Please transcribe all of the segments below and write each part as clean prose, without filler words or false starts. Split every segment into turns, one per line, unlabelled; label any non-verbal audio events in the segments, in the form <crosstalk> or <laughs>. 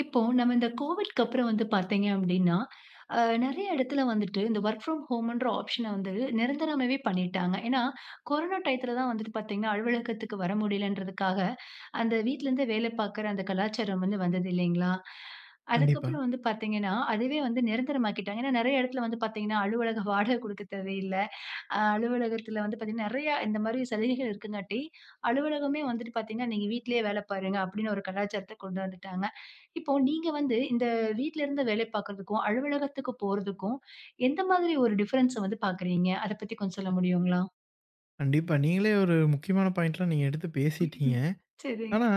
இப்போ நம்ம இந்த கோவிட்க்கு அப்புறம் வந்து பார்த்தீங்க அப்படின்னா, அ நெறைய இடத்துல வந்துட்டு இந்த வொர்க் ஃப்ரம் ஹோம்ன்ற ஆப்ஷன வந்து நிரந்தரமாவே பண்ணிட்டாங்க. ஏன்னா, கொரோனா டயத்துல தான் வந்துட்டு பார்த்தீங்கன்னா, அலுவலகத்துக்கு வர முடியலன்றதுக்காக, அந்த வீட்லருந்தே வேலை பார்க்குற அந்த கலாச்சாரம் வந்தது இல்லைங்களா?
கண்டிப்பா,
அதுக்கப்புறம் வந்து பார்த்தீங்கன்னா, அதுவே வந்து நிரந்தரமாக்கிட்டாங்க. ஏன்னா, நெறைய இடத்துல வந்து பார்த்தீங்கன்னா, அலுவலக வாடகை குடுக்க தேவையில்ல. அலுவலகத்தில வந்து பார்த்தீங்கன்னா, நெறையா இந்த மாரி சலுகைகள் இருக்குங்காட்டி, அலுவலகமே வந்துட்டு பார்த்தீங்கன்னா, "நீங்க வீட்லயே வேலை பாருங்க" அப்படின்னு ஒரு கலாச்சாரத்த கொண்டு வந்துட்டாங்க. இப்போ நீங்க வந்து இந்த வீட்ல இருந்து வேலை பார்க்கறதுக்கும், அலுவலகத்துக்கு போறதுக்கும், எந்த மாதிரி ஒரு டிஃபரன்ஸ வந்து பார்க்குறீங்க? அத பத்தி கொஞ்சம் சொல்ல முடியுங்களா?
கண்டிப்பா. நீங்களே ஒரு முக்கியமான பாயிண்ட்லாம் நீங்க எடுத்து
ம்.
பேசிட்டீங்க.
சரிங்க.
ஆனா,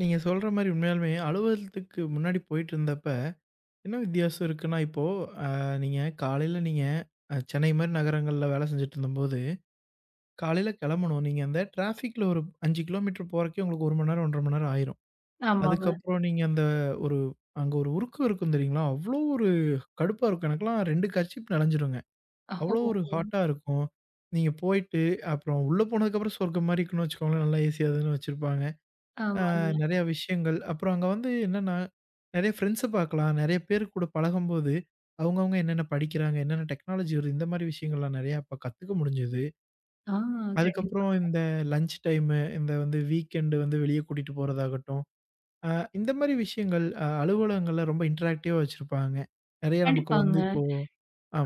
நீங்க சொல்ற மாரி உண்மையாலுமே அலுவலகத்துக்கு முன்னாடி போயிட்டுருந்தப்ப, என்ன வித்தியாசம் இருக்குன்னா, இப்போ அ நீங்க காலையில நீங்க அ சென்னை மாரி நகரங்கள்ல வேலை செஞ்சுட்டுருந்தம்போது, காலையில கெளம்பணும். நீங்க அந்த டிராஃபிக்ல ஒரு 5 கிலோமீட்டர் போறக்கே உங்களுக்கு 1 மணி நேரம், 1 1/2 மணி நேரம் ஆயிரும்.
ஆமாங்க.
அதுக்கப்புறம் நீங்க அந்த ஒரு அங்க ஒரு உருக்கு இருக்கும் தெரியுங்களா? அவ்ளோ ஒரு கடுப்பா இருக்கும். எனக்கெல்லாம் 2 கர்ச்சீப் நனஞ்சிருங்க. அவ்வளோ ஒரு
ஓ!
ஹாட்டா இருக்கும். நீங்க போயிட்டு அப்புறம் உள்ள போனதுக்கப்புறம் சொர்க்கம் மாரி இருக்குன்னு வச்சுக்கோங்களேன். நல்லா ஏசி அதுன்னு வச்சிருப்பாங்க. அ
ஆமாங்க.
நெறைய விஷயங்கள். அப்புறம் அங்க வந்து என்னன்னா, நெறைய ஃப்ரெண்ட்ஸ பார்க்கலாம். நெறைய பேர் கூட பழகும்போது, அவங்கவங்க என்னென்ன படிக்கிறாங்க, என்னென்ன டெக்னாலஜி வருது, இந்த மாரி விஷயங்கள்லாம் நெறையா அப்ப கத்துக்க முடிஞ்சது.
ஆ கண்டிப்
அதுக்கப்புறம் இந்த லஞ்ச் டைமு, இந்த வந்து வீக்கெண்டு வந்து வெளிய கூட்டிட்டு போறதாகட்டும், அ இந்த மாரி விஷயங்கள் அலுவலகங்கள்ல ரொம்ப இன்டராக்டிவா வச்சிருப்பாங்க. நெறைய நமக்கு வந்து
கண்டிப்பாங்க.
இப்போ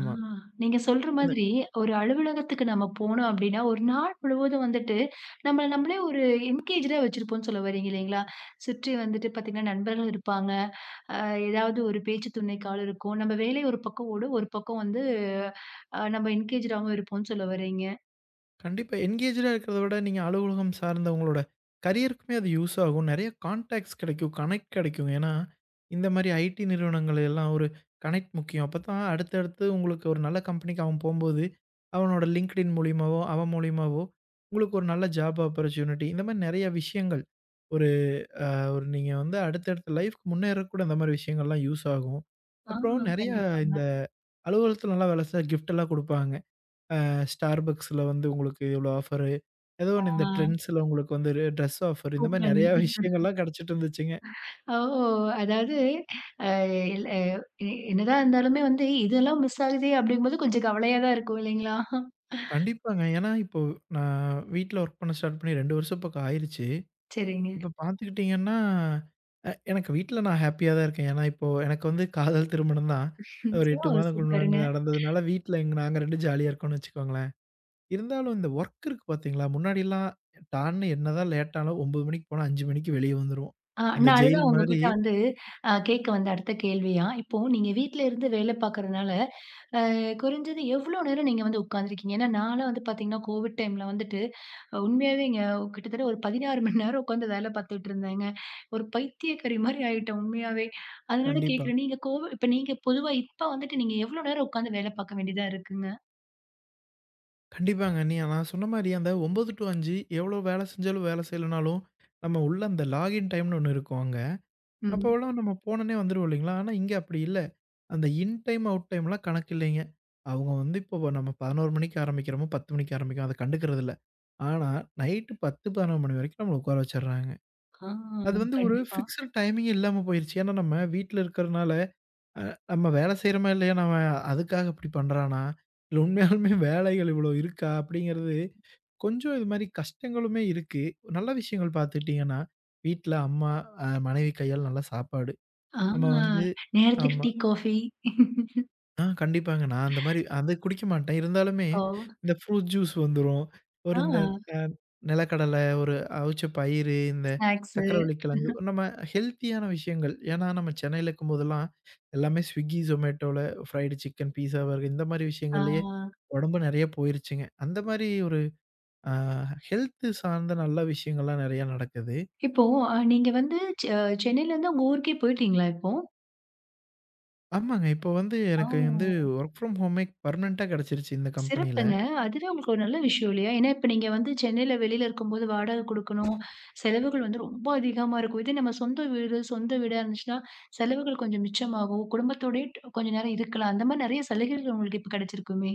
ஆ, நீங்க சொல்ற மாதிரி ஒரு அலுவலகத்துக்கு நம்ம போனோம் அப்டின்னா, ஒரு நாள் முழுவதும் வந்துட்டு, நம்மள நம்மளே ஒரு என்கேஜ்டா வச்சிருப்போம்னு சொல்ல வரீங்க இல்லைங்களா? சுற்றி வந்துட்டு பாத்தீங்கன்னா, நண்பர்கள் இருப்பாங்க. அ ஏதாவது ஒரு பேச்சு துணைக்கு ஆள் இருக்கும். நம்ம வேலை ஒரு பக்கம் ஓடும். ஒரு பக்கம் வந்து நம்ம என்கேஜ்டாவும் இருப்போம்னு சொல்ல வரீங்க.
கண்டிப்பா. என்கேஜ்டா இருக்கிறத விட, நீங்க அலுவலகம் சார்ந்த உங்களோட கரியருக்குமே அது யூஸ் ஆகும். நெறைய கான்டாக்ட்ஸ் கிடைக்கும், கனெக்ட் கிடைக்கும். ஏன்னா, இந்த மாரி ஐடி நிறுவனங்கள் எல்லாம் ஒரு கனெக்ட் முக்கியம். அப்பதான் அடுத்தடுத்து உங்களுக்கு ஒரு நல்ல கம்பெனிக்கு அவன் போம்போது, அவனோட LinkedIn மூலியமாவோ, அவன் மூலியமாவோ உங்களுக்கு ஒரு நல்ல ஜாப் ஆப்பர்ச்சுனிட்டி இந்த மாரி நெறைய விஷயங்கள். ஒரு ஒரு நீங்க வந்து அடுத்தடுத்த லைஃப்க்கு முன்னேற கூட இந்த மாரி விஷயங்கள்லாம் யூஸ் ஆகும்.
ஆ,
அப்புறம் நெறைய இந்த
கண்டிப்பாங்க.
அலுவலகத்துல நல்லா வேலை செஞ்சா கிஃப்ட் எல்லாம் குடுப்பாங்க. Starbucksல வந்து உங்களுக்கு இவ்வளோ ஆஃபரு. ஏதோ ஒண்ணு
ஆ,
இந்த Trendஸ்ல உங்களுக்கு வந்து ஒரு ட்ரெஸ் ஆஃபர் இந்த மாரி
கூப்பன்.
நெறையா விஷயங்கள்லாம் கெடைச்சிட்டு இருந்துச்சுங்க.
ஓ! அதாவது அ எல் அ எ என்னதான் இருந்தாலுமே வந்து இதெல்லாம் மிஸ் ஆகுதே! அப்டிங்கும்போது கொஞ்சம் கவலையா தான் இருக்கும் இல்லைங்களா?
கண்டிப்பாங்க. ஏன்னா இப்போ நான் வீட்ல ஒர்க் பண்ண ஸ்டார்ட் பண்ணி 2 வருஷம் பக்கம் ஆயிருச்சு.
சரிங்க.
இப்ப பார்த்துக்கிட்டீங்கன்னா, எனக்கு வீட்ல நான் ஹேப்பியா தான் இருக்கேன். ஏன்னா இப்போ எனக்கு வந்து காதல் திருமணம் தான். ஒரு
ஸோ
8 மாதங்களுக்கு
சூப்பருங்க.
முன்னாடி நடந்ததுனால வீட்ல எங்க நாங்க 2 ஜாலியா இருக்கோம்னு வச்சுக்கோங்களேன். இருந்தாலும் இந்த ஒர்க் இருக்கு பார்த்தீங்களா, முன்னாடிலாம் டான்னு என்னதான் லேட் ஆனாலும் 9 மணிக்கு போனா 5 மணிக்கு வெளிய வந்துருவோம். அந்த
நான்
ஜெயில்
அதுதான்
மாரி
உங்ககிட்ட வந்து கேட்க வந்த அடுத்த கேள்வியா, இப்போ நீங்க வீட்ல இருந்து வேலை பார்க்கறதுனால, குறைஞ்சது எவ்வளோ நேரம் நீங்க வந்து உட்கார்ந்துருக்கீங்க? ஏன்னா நான்லாம் வந்து பார்த்தீங்கன்னா, கோவிட் டைம்ல வந்துட்டு உண்மையாவேங்க கிட்டத்தட்ட ஒரு 16 மணி நேரம் உட்காந்து வேலை பார்த்துட்டு இருந்தேங்க. ஒரு பைத்தியக்காரி மாரி ஆயிட்டேன் உண்மையாவே. அதனால
கண்டிப்பா.
கேட்கிறேன், நீங்க கோவ இப்ப நீங்க பொதுவா இப்ப வந்துட்டு நீங்க எவ்வளோ நேரம் உட்கார்ந்து வேலை பார்க்க வேண்டியதா இருக்குங்க?
கண்டிப்பாங்க. நீங்க நான் சொன்ன மாரி அந்த 9 டூ 5 எவ்வளோ வேலை செஞ்சாலும், வேலை செய்யலனாலும், நம்ம உள்ள அந்த லாகின் டைம்னு ஒண்ணு இருக்கும் அங்க.
ம்.
அப்போலாம் நம்ம போனோனே வந்துருவோம் இல்லைங்களா? ஆனா இங்க அப்படி இல்ல. அந்த இன் டைம், அவுட் டைம்லாம் கணக்கு இல்லைங்க. அவங்க வந்து இப்போ நம்ம 11 மணிக்கு ஆரம்பிக்கிறோமோ, 10 மணிக்கு ஆரம்பிக்கிறோம், அத கண்டுக்கிறதில்ல. ஆனா நைட்டு 10, 11 மணி வரைக்கும் நம்மள உட்கார வச்சுடுறாங்க.
ஆ
அது வந்து ஒரு
கண்டிப்பா.
ஃபிக்ஸட் டைமிங் இல்லாம போயிருச்சு. ஏன்னா நம்ம வீட்ல இருக்கிறனால, அ நம்ம வேலை செய்றோமா இல்லையா? நம்ம அதுக்காக இப்படி பண்றானா? இல்ல உண்மையாலுமே வேலைகள் இவ்வளோ இருக்கா? அப்படிங்கிறது கொஞ்சம் இது மாரி கஷ்டங்களுமே இருக்கு. நல்ல விஷயங்கள் பார்த்துக்கிட்டீங்கன்னா, வீட்ல அம்மா, மனைவி கையால நல்ல சாப்பாடு.
ஆ
நம்ம வந்து
நேரத்துக்கு
ஆமா.
Tea, coffee.
ஆ கண்டிப்பாங்க. நான் அந்த மாரி அது குடிக்க மாட்டேன். இருந்தாலுமே
ஓ!
இந்த ஃப்ரூட் ஜூஸ் வந்துரும்.
ஆ
ஒரு இந்த அ நிலக்கடல, ஒரு அவிச்ச பயிறு, இந்த
ஸ்நாக்ஸு.
சர்க்கரைவள்ளி கிழங்கு, நம்ம ஹெல்த்தியான விஷயங்கள். ஏன்னா நம்ம சென்னையில இருக்கும்போதெல்லாம் எல்லாமே Swiggy, Zomatoல ஃப்ரைடு சிக்கன், பீஸா, பர்கர் இந்த மாரி
ஆ.
விஷயங்கள்லயே உடம்பு நெறைய போயிருச்சுங்க. அந்த மாரி ஒரு ஆ ஹெல்த் சார்ந்த நல்ல விஷயங்கள்லாம் நெறையா நடக்குது.
இப்போ நீங்க வந்து செ சென்னையிலருந்து உங்க ஊருக்கே போயிட்டீங்களா இப்போ?
ஆமாங்க. இப்போ வந்து
ஓ!
எனக்கு வந்து வொர்க் ஃப்ரம் ஹோமே பெர்மனன்ட்டா கெடைச்சிருச்சு இந்த கம்பெனியில.
சிறப்புங்க. அதுவே உங்களுக்கு ஒரு நல்ல விஷயம் இல்லையா? ஏன்னா, இப்ப நீங்க வந்து சென்னையில வெளியில இருக்கும்போது வாடகை குடுக்கணும். செலவுகள் வந்து ரொம்ப அதிகமா இருக்கும். இதே நம்ம சொந்த வீடு, சொந்த வீடா இருந்துச்சுன்னா, செலவுகள் கொஞ்சம் மிச்சமாகும். குடும்பத்தோடயே கொஞ்ச நேரம் இருக்கலாம். அந்த மாரி நெறைய சலுகைகள் உங்களுக்கு இப்ப கிடைச்சிருக்குமே!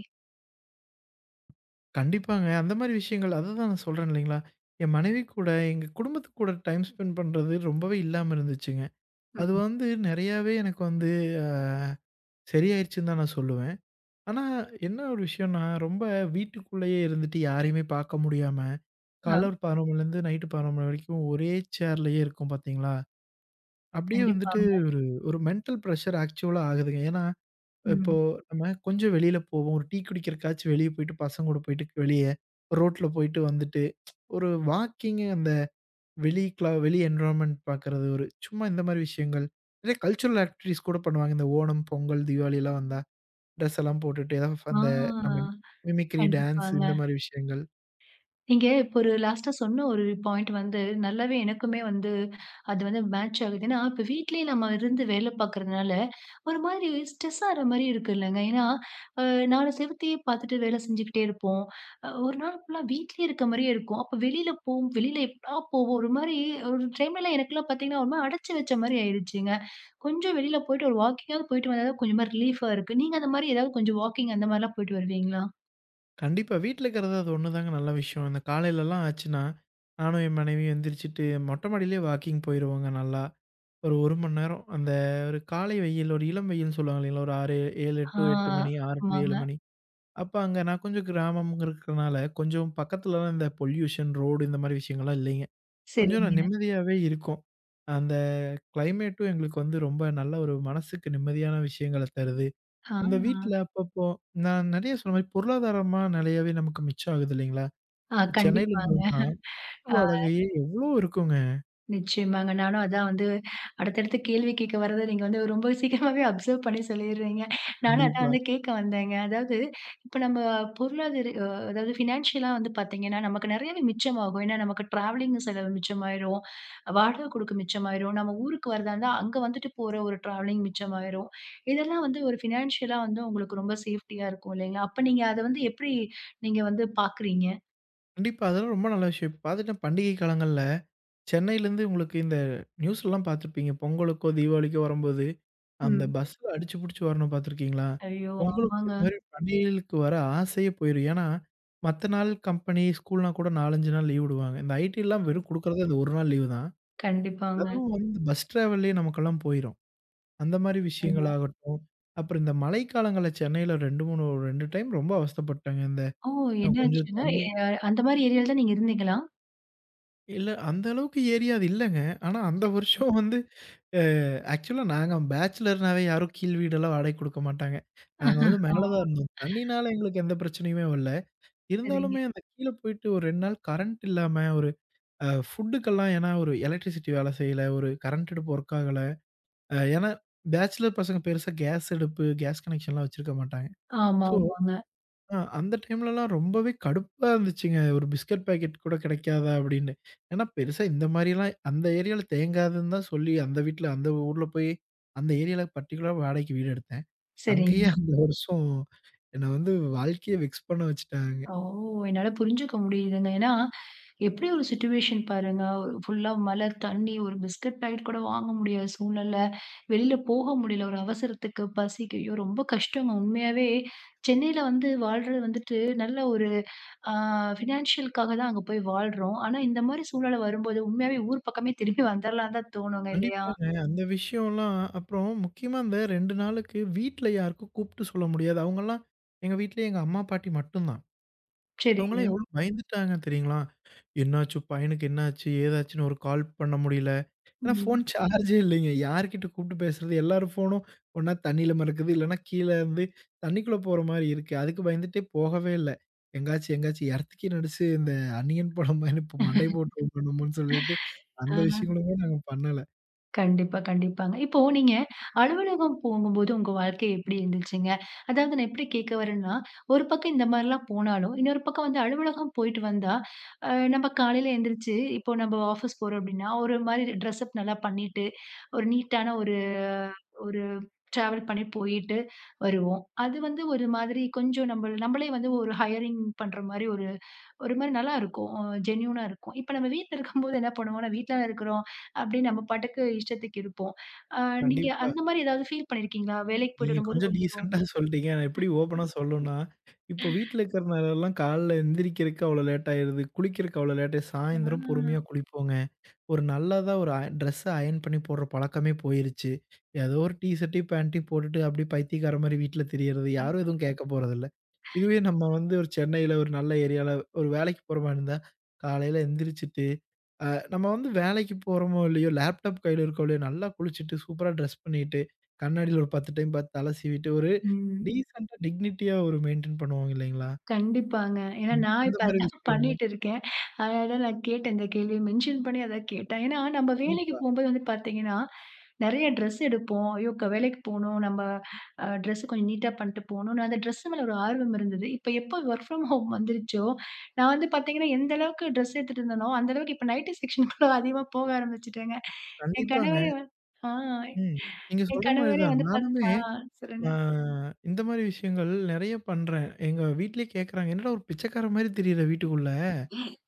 கண்டிப்பாங்க அந்த மாரி விஷயங்கள் அததான் நான் சொல்றேன் இல்லைங்களா? என் மனைவி கூட, எங்க குடும்பத்து கூட டைம் ஸ்பெண்ட் பண்றது ரொம்பவே இல்லாம இருந்துச்சுங்க. அது
ம்.
வந்து நெறையாவே எனக்கு வந்து அ சரியாயிருச்சுன்னு தான் நான் சொல்லுவேன். ஆனா என்ன ஒரு விஷயம்னா, ரொம்ப வீட்டுக்குள்ளேயே இருந்துட்டு யாரையுமே பார்க்க முடியாம,
ஆ,
காலைல ஒரு 11 மணிலேருந்து நைட்டு 11 மணி வரைக்கும் ஒரே சேர்லயே இருக்கோம் பார்த்தீங்களா? அப்படியே வந்துட்டு
கண்டிப்பாங்க.
ஒரு ஒரு மென்டல் ப்ரெஷர் ஆக்சுவலா ஆகுதுங்க. ஏன்னா, இப்போ
ம்.
நம்ம கொஞ்சம் வெளியில போவோம். ஒரு டீ குடிக்கிறக்காச்சும் வெளிய போயிட்டு பசங்க கூட போயிட்டு வெளிய ரோட்ல போயிட்டு வந்துட்டு, ஒரு வாக்கிங் அந்த வெளி என்விரான்மென்ட் பார்க்கறது, ஒரு சும்மா இந்த மாரி விஷயங்கள். நிறைய கல்ச்சுரல் ஆக்டிவிட்டீஸ் கூட பண்ணுவாங்க. இந்த ஓணம், பொங்கல், தீபாவளிலாம் வந்தா ட்ரெஸ் எல்லாம் போட்டுட்டு ஏதாவது அந்த நம்ம
ஆ,
மிமிக்ரி, டான்ஸ் இந்த
கண்டிப்பாங்க.
மாரி விஷயங்கள்.
நீங்க இப்போ ஒரு லாஸ்ட்டா சொன்ன ஒரு பாயிண்ட் வந்து நல்லாவே எனக்குமே வந்து அது வந்து மேட்ச் ஆகுது. ஏன்னா, இப்ப வீட்லயே நம்ம இருந்து வேலை பார்க்கறதுனால, ஒரு மாதிரி ஸ்ட்ரெஸ் ஆற மாரி இருக்கு இல்லங்க. ஏன்னா, அ நாலு செவுத்தையே பார்த்துட்டு வேலை செஞ்சுக்கிட்டே இருப்போம். ஒரு நாள் ஃபுல்லா வீட்லயே இருக்க மாரியே இருக்கும். அப்ப வெளியில போவோம், வெளியில எப்படா போவோம்? ஒரு மாரி ஒரு டைம்லலாம் எனக்கெல்லாம் பார்த்தீங்கன்னா, ஒரு மாரி அடைச்சு வச்ச மாரி ஆயிடுச்சுங்க. கொஞ்சம் வெளியில போயிட்டு ஒரு வாக்கிங்காவது போயிட்டு வந்தா தான் கொஞ்சமா ரிலீஃபா இருக்கு. நீங்க அந்த மாரி ஏதாவது கொஞ்சம் வாக்கிங் அந்த மாரிலாம் போயிட்டு வருவீங்களா?
கண்டிப்பா. வீட்ல இருக்கிறது அது ஒண்ணுதாங்க நல்ல விஷயம். இந்த காலையிலலாம் ஆச்சுன்னா, நானும் என் மனைவியும் எந்திரிச்சுட்டு மொட்டை மாடியிலேயே வாக்கிங் போயிருவோங்க நல்லா. ஒரு 1 மணி நேரம். அந்த ஒரு காலை வெயில், ஒரு இளம் வெயில்ன்னு சொல்லுவாங்க இல்லைங்களா? ஒரு 6, 7
ஆ
டூ 8 மணி, 6 டூ 7
ஆமாங்க.
மணி. அப்ப அங்க நான் கொஞ்சம் கிராமம் இருக்கிறனால, கொஞ்சம் பக்கத்துலலாம் இந்த பொல்யூஷன், ரோடு இந்த மாரி விஷயங்கள்லாம் இல்லைங்க. கொஞ்சம்
சரிங்க.
நான் நிம்மதியாவே இருக்கும். அந்த கிளைமேட்டும் எங்களுக்கு வந்து ரொம்ப நல்ல ஒரு மனசுக்கு நிம்மதியான விஷயங்கள தருது.
ஆ,
இந்த வீட்ல அப்பப்போ நான் நெறைய சொன்ன மாரி பொருளாதாரமா நெறையாவே நமக்கு மிச்சம் ஆகுது இல்லைங்களா?
ஆ
சென்னையில
கண்டிப்பாங்க.
இருந்தோம்னா வீட்டு
ஆ
வாடகையே எவ்ளோ இருக்குங்க.
நிச்சயமாங்க. நானும் அதான் வந்து அடுத்தடுத்து கேள்வி கேட்க வரத நீங்க வந்து ரொம்ப சீக்கிரமாவே அப்சர்வ் பண்ணி சொல்லிடுறீங்க. நானும் அதான்
கண்டிப்பா,
வந்து கேட்க வந்தேங்க. அதாவது இப்ப நம்ம பொருளாதார அதாவது ஃபினான்ஷியலா வந்து பார்த்தீங்கன்னா, நமக்கு நெறையவே மிச்சமாகும். ஏன்னா நமக்கு டிராவலிங் செலவு மிச்சமாயிரும். வாடகை கொடுக்க மிச்சமாயிரும். நம்ம ஊருக்கு வரதா இருந்தா அங்க வந்துட்டு போற ஒரு டிராவலிங் மிச்சமாயிரும். இதெல்லாம் வந்து ஒரு ஃபினான்ஷியலா வந்து உங்களுக்கு ரொம்ப சேஃப்டியா இருக்கும் இல்லைங்களா? அப்ப நீங்க அத வந்து எப்படி நீங்க வந்து பார்க்குறீங்க?
கண்டிப்பா. அதெல்லாம் ரொம்ப நல்ல விஷயம். இப்ப பாத்துட்டா பண்டிகை காலங்கள்ல சென்னையிலேருந்து உங்களுக்கு இந்த நியூஸ்லலாம் பாத்துருப்பீங்க. பொங்கலுக்கோ, தீபாவளிக்கோ வரும்போது, அந்த
ம்.
பஸ்ல அடிச்சு புடிச்சு வரணும் பாத்துருக்கீங்களா?
ஐயோ!
பொங்கலுக்கு
ஆமாங்க.
இந்த மாரி பண்டிகைகளுக்கு வர ஆசையே போயிரும். ஏன்னா, மத்த நாள் கம்பெனி, ஸ்கூல்னா கூட 4, 5 நாள் லீவ் விடுவாங்க. இந்த ஐடிலாம் வெறும் குடுக்குறதே அந்த 1 நாள் லீவு தான்.
கண்டிப்பாங்க.
அதுவும் வந்து பஸ் டிராவல்லயே நமக்கெல்லாம் போயிரும். அந்த மாரி
நிச்சயமா.
விஷயங்களாகட்டும். அப்புறம் இந்த மழைக்காலங்கள்ல சென்னையில 2, 3 2 டைம் ரொம்ப அவஸ்தைப்பட்டேங்க. இந்த
ஓ!
கொஞ்சம்
என்னாச்சுங்க?
தண்ணி
எ அந்த மாரி ஏரியால தான் நீங்க இருந்தீங்களா?
இல்ல அந்த அளவுக்கு ஏரியா அது இல்லங்க. ஆனா அந்த
சரிங்க.
வருஷம் வந்து அ ஆக்சுவலா நாங்க பேச்சுலர்னாவே யாரும் கீழ் வீடெல்லாம் வாடகைக்கு குடுக்க மாட்டாங்க. நாங்க வந்து
ஆ
மேல தான் இருந்தோம். தண்ணினால எங்களுக்கு எந்த பிரச்சனையுமே வரல.
சரிங்க.
இருந்தாலுமே அந்த கீழ போயிட்டு ஒரு 2 நாள் கரண்ட் இல்லாம ஒரு ஃபுட்டுக்கெல்லாம் ஏன்னா ஒரு எலக்ட்ரிசிட்டி வேலை செய்யல, ஒரு கரண்ட் அடுப்பு ஒர்க் ஆகல. ஏன்னா பேச்சுலர் பசங்க பெருசா கேஸ் அடுப்பு, கேஸ் கனெக்ஷன்லாம் வச்சிருக்க மாட்டாங்க.
ஆமா,
ஸோ
ஆமாங்க.
அந்த டைம்லலாம் ரொம்பவே கடுப்பா இருந்துச்சுங்க. ஒரு பிஸ்கட் பாக்கெட் கூட கிடைக்காதா அப்படின்னு. ஏன்னா பெருசா இந்த மாரிலாம் அந்த ஏரியால தேங்காதுன்னு தான் சொல்லி அந்த வீட்ல அந்த ஊர்ல போய் அந்த ஏரியால பர்ட்டிகுலரா வாடகைக்கு வீடு எடுத்தேன். அங்கேயே
சரிங்க.
அந்த வருஷம் என்ன வந்து வாழ்க்கைய வெக்ஸ் பண்ண வச்சுட்டாங்க.
ஓ! என்னால புரிஞ்சுக்க முடியுதுங்க. ஏன்னா, எப்படி ஒரு சிச்சுவேஷன் பாருங்க. ஒரு ஃபுல்லா மழை, தண்ணி, ஒரு பிஸ்கட் பாக்கெட் கூட வாங்க முடியாத சூழ்நில. வெளில போக முடியல. ஒரு அவசரத்துக்கு, பசிக்கு. ஐயோ! ரொம்ப கஷ்டங்க. உண்மையாவே சென்னையில வந்து வாழ்றது வந்துட்டு நல்ல ஒரு ஆ ஃபினான்ஷியல்க்காக தான் அங்க போய் வாழ்றோம். ஆனா இந்த மாரி சூழ்நிலை வரும்போது, உண்மையாவே ஊர் பக்கமே திரும்பி வந்துரலான்னு தான் தோணுங்க இல்லையா?
கண்டிப்பாங்க. அந்த விஷயம்லாம் அப்புறம் முக்கியமா அந்த 2 நாளுக்கு வீட்ல யாருக்கும் கூப்ட்டு சொல்ல முடியாது. அவங்கலாம் எங்க வீட்ல எங்க அம்மா, பாட்டி மட்டும் தான்.
சரிங்க.
அவங்கலாம் எவ்வளோ பயந்துட்டாங்க தெரியுங்களா? என்னாச்சு? பையனுக்கு என்னாச்சு? ஏதாச்சுன்னு ஒரு கால் பண்ண முடியல. ஏன்னா
ம்.
ஃபோன் சார்ஜே இல்லைங்க. யார்கிட்ட கூப்பிட்டு பேசுறது? எல்லாரும் ஃபோனும் ஒண்ணா தண்ணீல மிதக்குது, இல்லன்னா கீழ வந்து தண்ணிக்குள்ள போற மாரி இருக்கு. அதுக்கு பயந்துட்டே போகவே இல்ல. எங்காச்சும் எங்காச்சும் எறத்துக்கி நடிச்சு இந்த அந்நியன் படம் மாரி இப்ப மண்டை போட்டு விடணும்னு சொல்லிட்டு
ஆ
அந்த விஷயங்களுமே நாங்க பண்ணல.
கண்டிப்பா, கண்டிப்பாங்க. இப்போ நீங்க அலுவலகம் போகும்போது உங்க வாழ்க்கை எப்படி இருந்துச்சுங்க? அதாவது நான் எப்படி கேட்க வரேன்னா, ஒரு பக்கம் இந்த மாரிலாம் போனாலும், இன்னொரு பக்கம் வந்து அலுவலகம் போயிட்டு வந்தா, நம்ம காலையில எந்திரிச்சு இப்போ நம்ம ஆஃபீஸ் போறோம் அப்படின்னா, ஒரு மாரி ட்ரெஸ்அப் நல்லா பண்ணிட்டு, ஒரு நீட்டான ஒரு ஒரு டிராவல் பண்ணி போயிட்டு வருவோம். அது வந்து ஒரு மாதிரி கொஞ்சம் நம்பளே வந்து ஒரு ஹையரிங் பண்ற மாரி ஒரு ஒரு மாரி நல்லா இருக்கும். ஜென்யூனா இருக்கும். இப்ப நம்ம வீட்ல இருக்கும்போது என்ன பண்ணுவோம்னா, வீட்ல தான இருக்கிறோம் அப்படின்னு நம்ம பாட்டுக்கு இஷ்டத்துக்கு இருப்போம். அ நீங்க
கண்டிப்பா.
அந்த மாரி ஏதாவது ஃபீல் பண்ணியிருக்கீங்களா? வேலைக்கு போயிட்டு
நீங்க
வரும்போது
கொஞ்சம்
கொஞ்சம்
டீசென்ட்டா சொல்ட்டீங்க. நான் எப்படி ஓப்பனா சொல்லணும்னா, இப்போ வீட்ல இருக்கிறனாலலாம் காலைல எந்திரிக்கிறதுக்கு அவ்வளோ லேட் ஆயிருது. குளிக்கிறக்கு அவ்வளோ லேட் ஆயிருது. சாயந்தரம் பொறுமையா
ஆ.
குளிப்போங்க. ஒரு நல்லதா ஒரு ட்ரெஸ்ஸ அயர்ன் பண்ணி போடுற பழக்கமே போயிருச்சு. ஏதோ ஒரு டீ ஷர்ட்டையும், பேண்ட்டையும் போட்டுட்டு அப்படியே பைத்தியக்கார மாரி வீட்ல திரியறது. யாரும் எதுவும் கேட்க போறதில்ல. இதுவே நம்ம வந்து ஒரு சென்னையில ஒரு நல்ல ஏரியால ஒரு வேலைக்கு போற மாரி இருந்தா, காலையில எந்திரிச்சுட்டு, அ நம்ம வந்து வேலைக்கு போறோமோ இல்லையோ, லேப்டாப் கையில இருக்கோ இல்லையோ, நல்லா குளிச்சுட்டு, சூப்பரா ட்ரெஸ் பண்ணிட்டு, கண்ணாடியில ஒரு 10 டைம் பார்த்து தல சீவிட்டு, ஒரு
ம்.
டீசென்ட்டா டிக்னிட்டியா ஒரு மெயின்டெயின் பண்ணுவாங்க இல்லைங்களா?
கண்டிப்பாங்க. ஏன்னா
ஆமா,
நான்
அந்த
இப்ப
மாரி
அதான்
விஷயம்.
பண்ணிட்டு இருக்கேன். அதனால நான் கேட்டேன் இந்த கேள்விய மென்ஷன் பண்ணி அதான் கேட்டேன். ஏன்னா நம்ம வேலைக்கு
கண்டிப்பா,
போம்போது வந்து பார்த்தீங்கன்னா, நெறைய ட்ரெஸ் எடுப்போம். ஐயோ! வேலைக்கு போணும். நம்ம ட்ரெஸ் கொஞ்சம் நீட்டா பண்ணிட்டு போணும்னு அந்த ட்ரெஸ் மேல ஒரு ஆர்வம் இருந்தது. இப்ப எப்போ வொர்க் ஃப்ரம் ஹோம் வந்துருச்சோ, நான் வந்து பார்த்தீங்கன்னா, எந்த அளவுக்கு ட்ரெஸ் எடுத்துட்டு இருந்தேனோ, அந்த அளவுக்கு இப்ப நைட்டி செக்ஷனுக்குள்ள அதிகமா போக ஆரம்பிச்சுட்டேங்க. என்
கண்டிப்பாங்க.
கணவரே வந் ஆ
ம். நீங்க
என்
சொல்ற மாரி
கணவரே
தான்.
வந்து
நானுமே
பார்த்தா சொல்லுங்க.
ஆ இந்த மாரி விஷயங்கள் நெறைய பண்றேன். எங்க வீட்லயே கேட்கறாங்க, "என்னடா ஒரு பிச்சைக்கார மாரி தெரியிற வீட்டுக்குள்ள.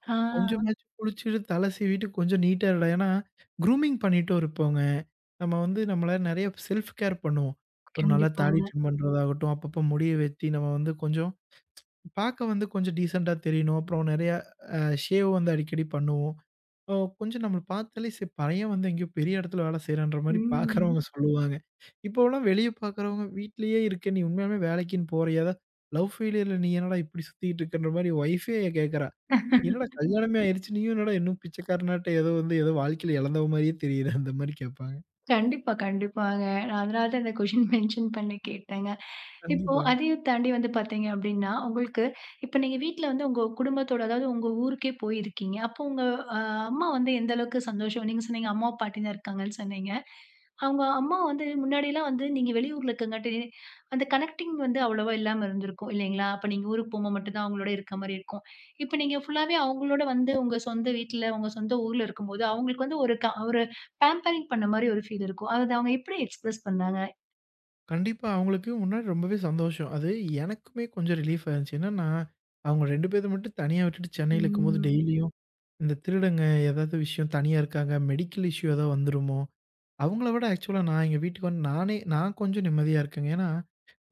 ஆ
கொஞ்சமாச்சும் குளிச்சுட்டு, தல சீவிட்டு கொஞ்சம் நீட்டா இருடா." ஏன்னா, க்ரூமிங் பண்ணிட்டும் இருப்போங்க. நம்ம வந்து நம்மள நெறைய செல்ஃப் கேர் பண்ணுவோம். ஒரு நல்லா தாடி
கண்டிப்பாங்க.
ட்ரிம் பண்றதாகட்டும், அப்பப்போ முடிய வெட்டி நம்ம வந்து கொஞ்சம் பாக்க வந்து கொஞ்சம் டீசென்ட்டா தெரியணும். அப்புறம் நெறைய ஷேவ் வந்து அடிக்கடி பண்ணுவோம். ஓ! கொஞ்சம் நம்மள பார்த்தாலே, சரி பையன் வந்து எங்கேயோ பெரிய இடத்துல வேலை செய்றான்ற மாரி
ம்.
பார்க்குறவங்க ம். சொல்லுவாங்க. இப்போலாம் வெளிய பார்க்குறவங்க, "வீட்லயே இருக்க நீ உண்மையாலுமே வேலைக்குன்னு போறியா? அதான் லவ் ஃபெயிலியர்ல நீ என்னடா இப்படி சுத்திட்டு இருக்கன்ற?" மாரி ஒய்ஃபே கேட்கறா. "என்னடா கல்யாணமே ஆயிருச்சு, நீயும் என்னடா இன்னும் பிச்சைக்காரனாட்டம் ஏதோ வந்து ஏதோ வாழ்க்கையில இழந்தவ மாரியே தெரியிற?" அந்த மாரி கேட்பாங்க.
கண்டிப்பா, கண்டிப்பாங்க. நான் அதனால தான் இந்த கொஸ்டின் மென்ஷன் <laughs> பண்ணி கேட்டேங்க. இப்போ
கண்டிப்பா,
அதையும் தாண்டி வந்து பார்த்தீங்க அப்டின்னா, உங்களுக்கு இப்ப நீங்க வீட்ல வந்து உங்க குடும்பத்தோட, அதாவது உங்க ஊருக்கே போயிருக்கீங்க. அப்போ உங்க அ அம்மா வந்து எந்த அளவுக்கு சந்தோஷம் நீங்க சொன்னீங்க அம்மா, பாட்டி தான் இருக்காங்கன்னு சொன்னீங்க. அவங்க அம்மா வந்து முன்னாடிலாம் வந்து நீங்க வெளியூர்ல இருக்கங்காட்டி, அந்த கனெக்டிங் வந்து அவ்வளவா இல்லாம இருந்திருக்கும் இல்லைங்களா? அப்ப நீங்க ஊருக்கு போம்போது மட்டும் தான் அவங்களோட இருக்க மாரி இருக்கும். இப்ப நீங்க ஃபுல்லாவே அவங்களோட வந்து உங்க சொந்த வீட்ல, உங்க சொந்த ஊர்ல இருக்கும்போது, அவங்களுக்கு வந்து ஒரு பேம்பரிங் பண்ண மாரி ஒரு ஃபீல் இருக்கும். அது அவங்க எப்படி எக்ஸ்பிரஸ் பண்ணாங்க?
கண்டிப்பா. அவங்களுக்கு முன்னாடி ரொம்பவே சந்தோஷம். அது எனக்குமே கொஞ்சம் ரிலீஃபா இருந்துச்சு. என்னன்னா, அவங்க 2 பேத்த மட்டும் தனியா விட்டுட்டு சென்னையில இருக்கும்போது
ம்.
டெய்லியும் இந்த திருடங்க ஏதாவது விஷயம் தனியா இருக்காங்க. மெடிக்கல் இஷ்யூ ஏதாவது வந்துருமோ? அவங்கள விட ஆக்சுவலா நான் எங்க வீட்டுக்கு வந்து நானே நான் கொஞ்சம் நிம்மதியா இருக்கேங்க. ஏன்னா,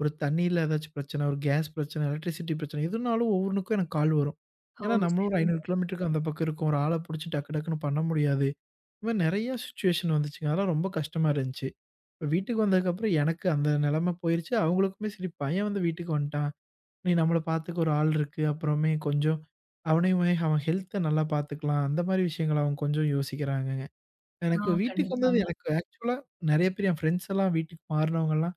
ஒரு தண்ணீல ஏதாச்சும் பிரச்சனை, ஒரு கேஸ் பிரச்சனை, எலக்ட்ரிசிட்டி பிரச்சனை எதுனாலும் ஒவ்வொன்னுக்கும் எனக்கு கால் வரும்.
ஓ!
ஏன்னா, நம்மளும் ஒரு ம். 500 கிலோமீட்டருக்கு அந்த பக்கம் இருக்கோம். ஒரு ஆள புடிச்சு டக்கு டக்குன்னு பண்ண முடியாது. இந்த மாரி நெறைய சிச்சுவேஷன் வந்துச்சுங்க. அதெல்லாம் ரொம்ப கஷ்டமா இருந்துச்சு. இப்ப வீட்டுக்கு வந்ததுக்கப்புறம் எனக்கு அந்த நெலைமை போயிருச்சு. அவங்களுக்குமே சரி பையன் வந்து வீட்டுக்கு வந்துட்டான். நீ நம்மள பார்த்துக்க ஒரு ஆள் இருக்கு. அப்புறமே கொஞ்சம் அவனையுமே அவன் ஹெல்த்த நல்லா பார்த்துக்கலாம். அந்த மாரி விஷயங்கள அவங்க கொஞ்சம் யோசிக்கிறாங்கங்க.
ஆ
எனக்கு வீட்டுக்கு வந்தது
கண்டிப்பாங்க.
எனக்கு ஆக்சுவலா நெறைய பேர் என் ஃப்ரெண்ட்ஸ் எல்லாம் வீட்டுக்கு மாறுனவங்கலாம்,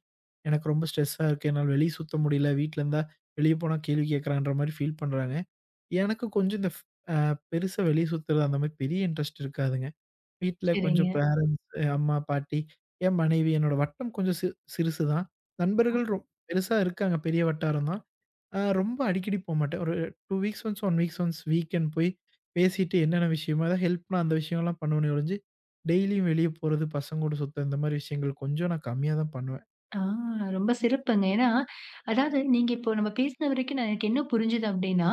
எனக்கு ரொம்ப ஸ்ட்ரெஸ்ஸா இருக்கு. என்னால வெளிய சுத்த முடியல. வீட்ல இருந்தா வெளிய போனா கேள்வி கேட்கறான்ற மாரி ஃபீல் பண்றாங்க. எனக்கு கொஞ்சம் இந்த ஃப் அ பெருசா வெளிய சுத்துறது அந்த மாரி பெரிய இன்ட்ரெஸ்ட் இருக்காதுங்க. வீட்ல
சரிங்க.
கொஞ்சம் பேரன்ட்ஸ், அம்மா, பாட்டி, என் மனைவி, என்னோட வட்டம் கொஞ்சம் சிறுசு தான். நண்பர்கள் பெருசா இருக்காங்க. பெரிய வட்டாரம் தான். ரொம்ப அடிக்கடி போமாட்டேன். ஒரு 2 weeks once, 1 weeks once weekend போய் பேசிட்டு என்னென்ன விஷயமோ, ஏதாவது ஹெல்ப்னா அந்த விஷயம்லாம் பண்ணுவேனே ஒழிஞ்சு, டெய்லியும் வெளிய போறது, பசங்க கூட சுத்த இந்த மாரி விஷயங்கள் கொஞ்சம் நான் கம்மியா தான் பண்ணுவேன்.
ஆ ரொம்ப சிறப்புங்க. ஏன்னா, அதாவது நீங்க இப்போ நம்ம பேசின வரைக்கும் நான் எனக்கு என்ன புரிஞ்சுது அப்டின்னா,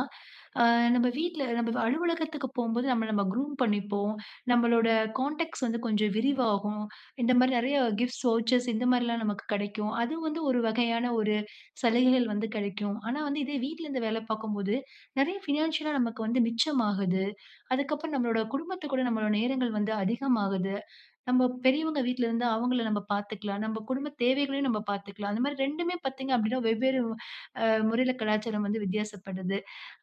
அ நம்ம வீட்ல நம்ம அலுவலகத்துக்கு போம்போது நம்ம நம்ம க்ரூம் பண்ணிப்போம். நம்மளோட கான்டாக்ட்ஸ் வந்து கொஞ்சம் விரிவாகும். இந்த மாரி நெறைய கிஃப்ட்ஸ், வவுச்சர்ஸ் இந்த மாரிலாம் நமக்கு கிடைக்கும். அது வந்து ஒரு வகையான ஒரு சலுகைகள் வந்து கிடைக்கும். ஆனா வந்து இதே வீட்லருந்து வேல பார்க்கும்போது, நெறைய ஃபினான்ஷியலா நமக்கு வந்து மிச்சமாகுது. அதுக்கப்புறம் நம்மளோட குடும்பத்துக்கூட நம்மளோட நேரங்கள் வந்து அதிகமாகுது. நம்ம பெரியவங்க வீட்ல இருந்தா அவங்கள நம்ம பார்த்துக்கலாம். நம்ம குடும்ப தேவைகளையும் நம்ம பார்த்துக்கலாம். அந்த மாரி 2மே பார்த்தீங்க அப்டின்னா, வெவ்வேறு முறையில கலாச்சாரம் வந்து வித்தியாசப்படுது.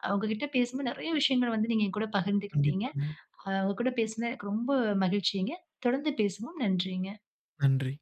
அவங்க கிட்ட பேசும்போது நெறைய விஷயங்கள் வந்து நீங்க என் கூட பகிர்ந்துக்கிட்டீங்க.
கண்டிப்பாங்க.
உங்க கூட பேசுனது எனக்கு ரொம்ப மகிழ்ச்சிங்க. தொடர்ந்து பேசுவோம். நன்றிங்க.
நன்றி.